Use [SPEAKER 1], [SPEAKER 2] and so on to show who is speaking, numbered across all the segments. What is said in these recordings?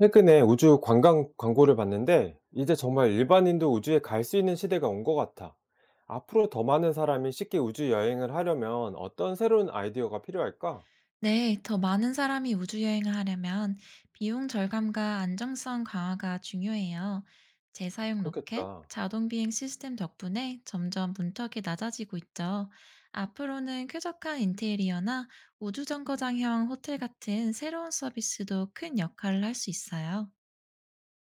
[SPEAKER 1] 최근에 우주 관광 광고를 봤는데, 이제 정말 일반인도 우주에 갈 수 있는 시대가 온 것 같아. 앞으로 더 많은 사람이 쉽게 우주 여행을 하려면 어떤 새로운 아이디어가 필요할까?
[SPEAKER 2] 네, 더 많은 사람이 우주여행을 하려면 비용 절감과 안정성 강화가 중요해요. 재사용 로켓,
[SPEAKER 1] 그렇겠다.
[SPEAKER 2] 자동 비행 시스템 덕분에 점점 문턱이 낮아지고 있죠. 앞으로는 쾌적한 인테리어나 우주 정거장형 호텔 같은 새로운 서비스도 큰 역할을 할 수 있어요.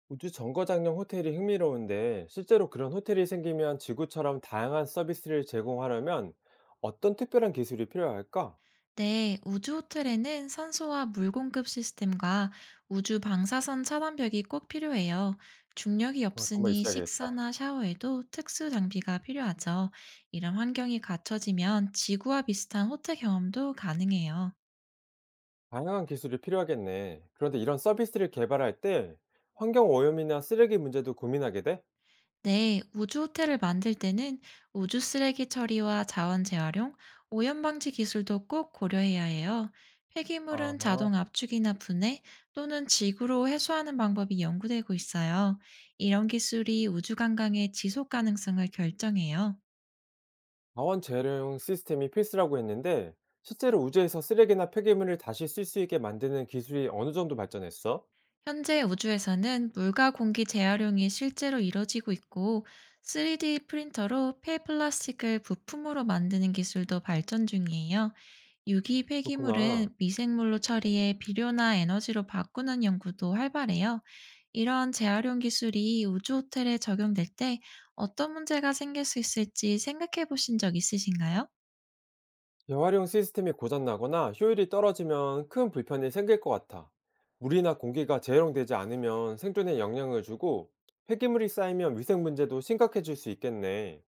[SPEAKER 1] 우주 정거장용 호텔이 흥미로운데, 실제로 그런 호텔이 생기면 지구처럼 다양한 서비스를 제공하려면 어떤 특별한 기술이 필요할까?
[SPEAKER 2] 네, 우주 호텔에는 산소와 물 공급 시스템과 우주 방사선 차단벽이 꼭 필요해요. 중력이
[SPEAKER 1] 어, 정말
[SPEAKER 2] 없으니
[SPEAKER 1] 있어야겠다.
[SPEAKER 2] 식사나 샤워에도 특수 장비가 필요하죠. 이런 환경이 갖춰지면 지구와 비슷한 호텔 경험도 가능해요.
[SPEAKER 1] 다양한 기술이 필요하겠네. 그런데 이런 서비스를 개발할 때 환경 오염이나 쓰레기 문제도 고민하게 돼?
[SPEAKER 2] 네, 우주 호텔을 만들 때는 우주 쓰레기 처리와 자원 재활용, 오염 방지 기술도 꼭 고려해야 해요. 폐기물은
[SPEAKER 1] 아,
[SPEAKER 2] 자동 압축이나 분해 또는 지구로 회수하는 방법이 연구되고 있어요. 이런 기술이 우주 관광의 지속 가능성을 결정해요.
[SPEAKER 1] 자원 재활용 시스템이 필수라고 했는데 실제로 우주에서 쓰레기나 폐기물을 다시 쓸 수 있게 만드는 기술이 어느 정도 발전했어?
[SPEAKER 2] 현재 우주에서는 물과 공기 재활용이 실제로 이뤄지고 있고 3D 프린터로 폐플라스틱을 부품으로 만드는 기술도 발전 중이에요. 유기
[SPEAKER 1] 그렇구나.
[SPEAKER 2] 폐기물은 미생물로 처리해 비료나 에너지로 바꾸는 연구도 활발해요. 이런 재활용 기술이 우주 호텔에 적용될 때 어떤 문제가 생길 수 있을지 생각해 보신 적 있으신가요?
[SPEAKER 1] 재활용 시스템이 고장나거나 효율이 떨어지면 큰 불편이 생길 것 같아. 물이나 공기가 재활용되지 않으면 생존에 영향을 주고 폐기물이 쌓이면 위생 문제도 심각해질 수 있겠네.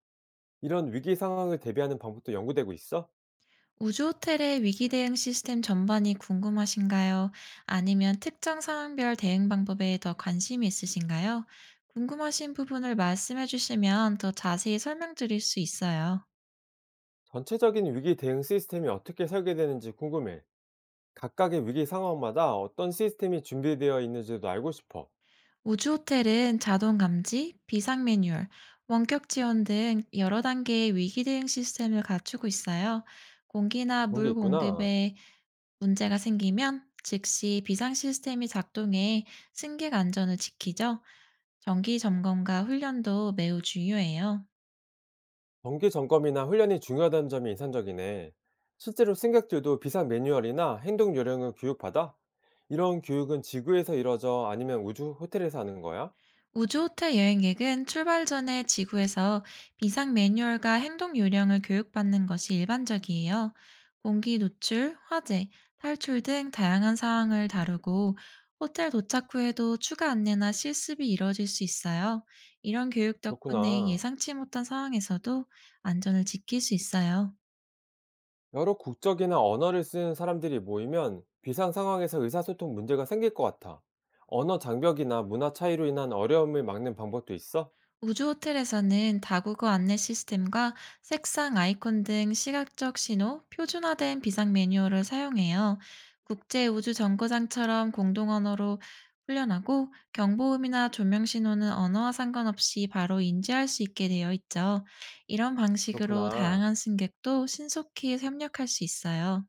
[SPEAKER 1] 이런 위기 상황을 대비하는 방법도 연구되고 있어?
[SPEAKER 2] 우주 호텔의 위기 대응 시스템 전반이 궁금하신가요? 아니면 특정 상황별 대응 방법에 더 관심이 있으신가요? 궁금하신 부분을 말씀해 주시면 더 자세히 설명드릴 수 있어요.
[SPEAKER 1] 전체적인 위기 대응 시스템이 어떻게 설계되는지 궁금해. 각각의 위기 상황마다 어떤 시스템이 준비되어 있는지도 알고 싶어.
[SPEAKER 2] 우주 호텔은 자동 감지, 비상 매뉴얼, 원격 지원 등 여러 단계의 위기 대응 시스템을 갖추고 있어요. 공기나
[SPEAKER 1] 그런 게
[SPEAKER 2] 물
[SPEAKER 1] 있구나.
[SPEAKER 2] 공급에 문제가 생기면 즉시 비상 시스템이 작동해 승객 안전을 지키죠. 정기 점검과 훈련도 매우 중요해요.
[SPEAKER 1] 정기 점검이나 훈련이 중요하다는 점이 인상적이네. 실제로 승객들도 비상 매뉴얼이나 행동 요령을 교육받아? 이런 교육은 지구에서 이루어져 아니면 우주 호텔에서 하는 거야?
[SPEAKER 2] 우주호텔 여행객은 출발 전에 지구에서 비상 매뉴얼과 행동 요령을 교육받는 것이 일반적이에요. 공기 노출, 화재, 탈출 등 다양한 상황을 다루고 호텔 도착 후에도 추가 안내나 실습이 이뤄질 수 있어요. 이런 교육 덕분에
[SPEAKER 1] 그렇구나.
[SPEAKER 2] 예상치 못한 상황에서도 안전을 지킬 수 있어요.
[SPEAKER 1] 여러 국적이나 언어를 쓰는 사람들이 모이면 비상 상황에서 의사소통 문제가 생길 것 같아. 언어 장벽이나 문화 차이로 인한 어려움을 막는 방법도 있어?
[SPEAKER 2] 우주 호텔에서는 다국어 안내 시스템과 색상 아이콘 등 시각적 신호, 표준화된 비상 매뉴얼을 사용해요. 국제 우주 정거장처럼 공동 언어로 훈련하고 경보음이나 조명 신호는 언어와 상관없이 바로 인지할 수 있게 되어 있죠. 이런 방식으로
[SPEAKER 1] 그렇구나.
[SPEAKER 2] 다양한 승객도 신속히 협력할 수 있어요.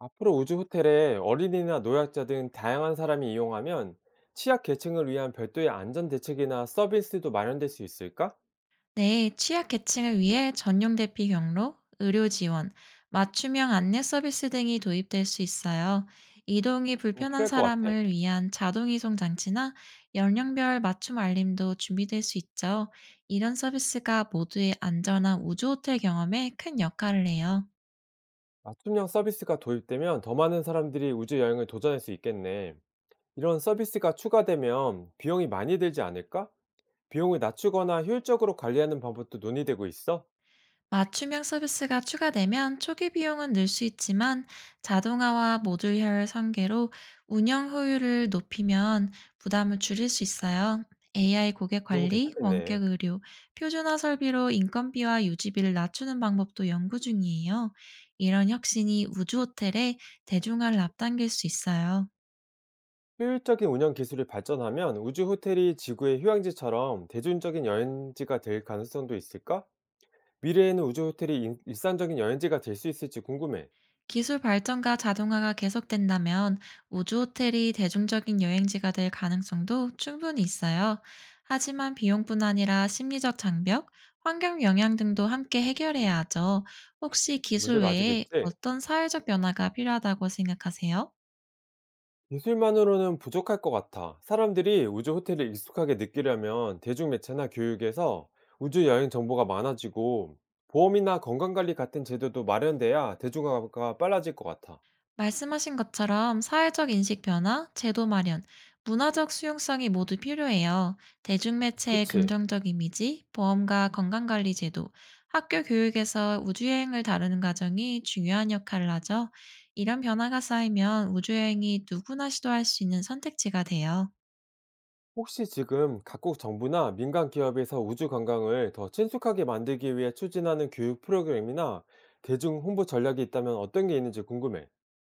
[SPEAKER 1] 앞으로 우주 호텔에 어린이나 노약자 등 다양한 사람이 이용하면 취약 계층을 위한 별도의 안전 대책이나 서비스도 마련될 수 있을까?
[SPEAKER 2] 네, 취약 계층을 위해 전용 대피 경로, 의료 지원, 맞춤형 안내 서비스 등이 도입될 수 있어요. 이동이
[SPEAKER 1] 어,
[SPEAKER 2] 불편한
[SPEAKER 1] 필요할 것 같아.
[SPEAKER 2] 사람을 위한 자동 이송 장치나 연령별 맞춤 알림도 준비될 수 있죠. 이런 서비스가 모두의 안전한 우주 호텔 경험에 큰 역할을 해요.
[SPEAKER 1] 맞춤형 서비스가 도입되면 더 많은 사람들이 우주 여행을 도전할 수 있겠네. 이런 서비스가 추가되면 비용이 많이 들지 않을까? 비용을 낮추거나 효율적으로 관리하는 방법도 논의되고 있어?
[SPEAKER 2] 맞춤형 서비스가 추가되면 초기 비용은 늘 수 있지만 자동화와 모듈혈 설계로 운영 효율을 높이면 부담을 줄일 수 있어요. AI 고객
[SPEAKER 1] 그러면
[SPEAKER 2] 관리,
[SPEAKER 1] 괜찮겠네.
[SPEAKER 2] 원격 의료, 표준화 설비로 인건비와 유지비를 낮추는 방법도 연구 중이에요. 이런 혁신이 우주 호텔의 대중화를 앞당길 수 있어요.
[SPEAKER 1] 효율적인 운영 기술이 발전하면 우주 호텔이 지구의 휴양지처럼 대중적인 여행지가 될 가능성도 있을까? 미래에는 우주 호텔이 일 일상적인 여행지가 될 수 있을지 궁금해.
[SPEAKER 2] 기술 발전과 자동화가 계속된다면 우주 호텔이 대중적인 여행지가 될 가능성도 충분히 있어요. 하지만 비용뿐 아니라 심리적 장벽, 환경 영향 등도 함께 해결해야 하죠. 혹시 기술
[SPEAKER 1] 문제가 아직
[SPEAKER 2] 외에
[SPEAKER 1] 있지?
[SPEAKER 2] 어떤 사회적 변화가 필요하다고 생각하세요?
[SPEAKER 1] 기술만으로는 부족할 것 같아. 사람들이 우주 호텔을 익숙하게 느끼려면 대중매체나 교육에서 우주 여행 정보가 많아지고 보험이나 건강관리 같은 제도도 마련돼야 대중화가 빨라질 것 같아.
[SPEAKER 2] 말씀하신 것처럼 사회적 인식 변화, 제도 마련, 문화적 수용성이 모두 필요해요. 대중매체의
[SPEAKER 1] 그치?
[SPEAKER 2] 긍정적 이미지, 보험과 건강관리 제도, 학교 교육에서 우주여행을 다루는 과정이 중요한 역할을 하죠. 이런 변화가 쌓이면 우주여행이 누구나 시도할 수 있는 선택지가 돼요.
[SPEAKER 1] 혹시 지금 각국 정부나 민간 기업에서 우주 관광을 더 친숙하게 만들기 위해 추진하는 교육 프로그램이나 대중 홍보 전략이 있다면 어떤 게 있는지 궁금해.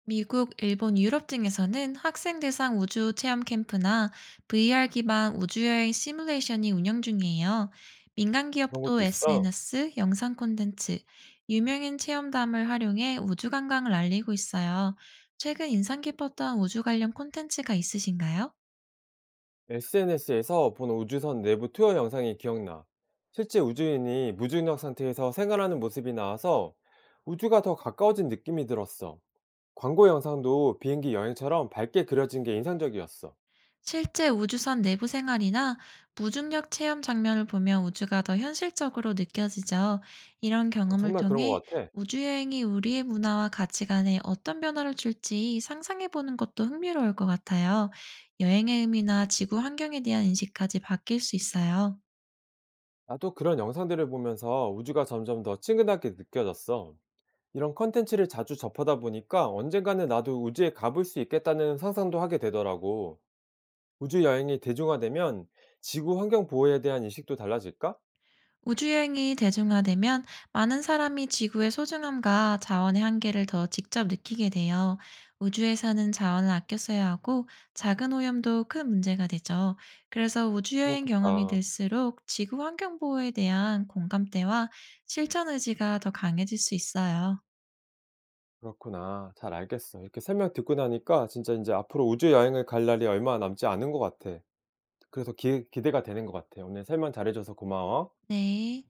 [SPEAKER 2] 미국, 일본, 유럽 등에서는 학생 대상 우주 체험 캠프나 VR 기반 우주여행 시뮬레이션이 운영 중이에요. 민간
[SPEAKER 1] 그런
[SPEAKER 2] 기업도
[SPEAKER 1] 것도 있어?
[SPEAKER 2] SNS, 영상 콘텐츠, 유명인 체험담을 활용해 우주 관광을 알리고 있어요. 최근 인상 깊었던 우주 관련 콘텐츠가 있으신가요?
[SPEAKER 1] SNS에서 본 우주선 내부 투어 영상이 기억나. 실제 우주인이 무중력 상태에서 생활하는 모습이 나와서 우주가 더 가까워진 느낌이 들었어. 광고 영상도 비행기 여행처럼 밝게 그려진 게 인상적이었어.
[SPEAKER 2] 실제 우주선 내부 생활이나 무중력 체험 장면을 보면 우주가 더 현실적으로 느껴지죠. 이런
[SPEAKER 1] 어,
[SPEAKER 2] 경험을
[SPEAKER 1] 정말 그런
[SPEAKER 2] 통해
[SPEAKER 1] 것 같아.
[SPEAKER 2] 우주여행이 우리의 문화와 가치관에 어떤 변화를 줄지 상상해보는 것도 흥미로울 것 같아요. 여행의 의미나 지구 환경에 대한 인식까지 바뀔 수 있어요.
[SPEAKER 1] 나도 그런 영상들을 보면서 우주가 점점 더 친근하게 느껴졌어. 이런 컨텐츠를 자주 접하다 보니까 언젠가는 나도 우주에 가볼 수 있겠다는 상상도 하게 되더라고. 우주 여행이 대중화되면 지구 환경 보호에 대한 인식도 달라질까?
[SPEAKER 2] 우주여행이 대중화되면 많은 사람이 지구의 소중함과 자원의 한계를 더 직접 느끼게 돼요. 우주에 사는 자원을 아껴 써야 하고 작은 오염도 큰 문제가 되죠. 그래서 우주여행 경험이
[SPEAKER 1] 그렇겠다.
[SPEAKER 2] 될수록 지구 환경 보호에 대한 공감대와 실천 의지가 더 강해질 수 있어요.
[SPEAKER 1] 그렇구나. 잘 알겠어. 이렇게 설명 듣고 나니까 진짜 인제 앞으로 우주 여행을 갈 날이 얼마 남지 않은 것 같아. 그래서 기 기대가 되는 것 같아. 오늘 설명 잘해 줘서 고마워.
[SPEAKER 2] 네.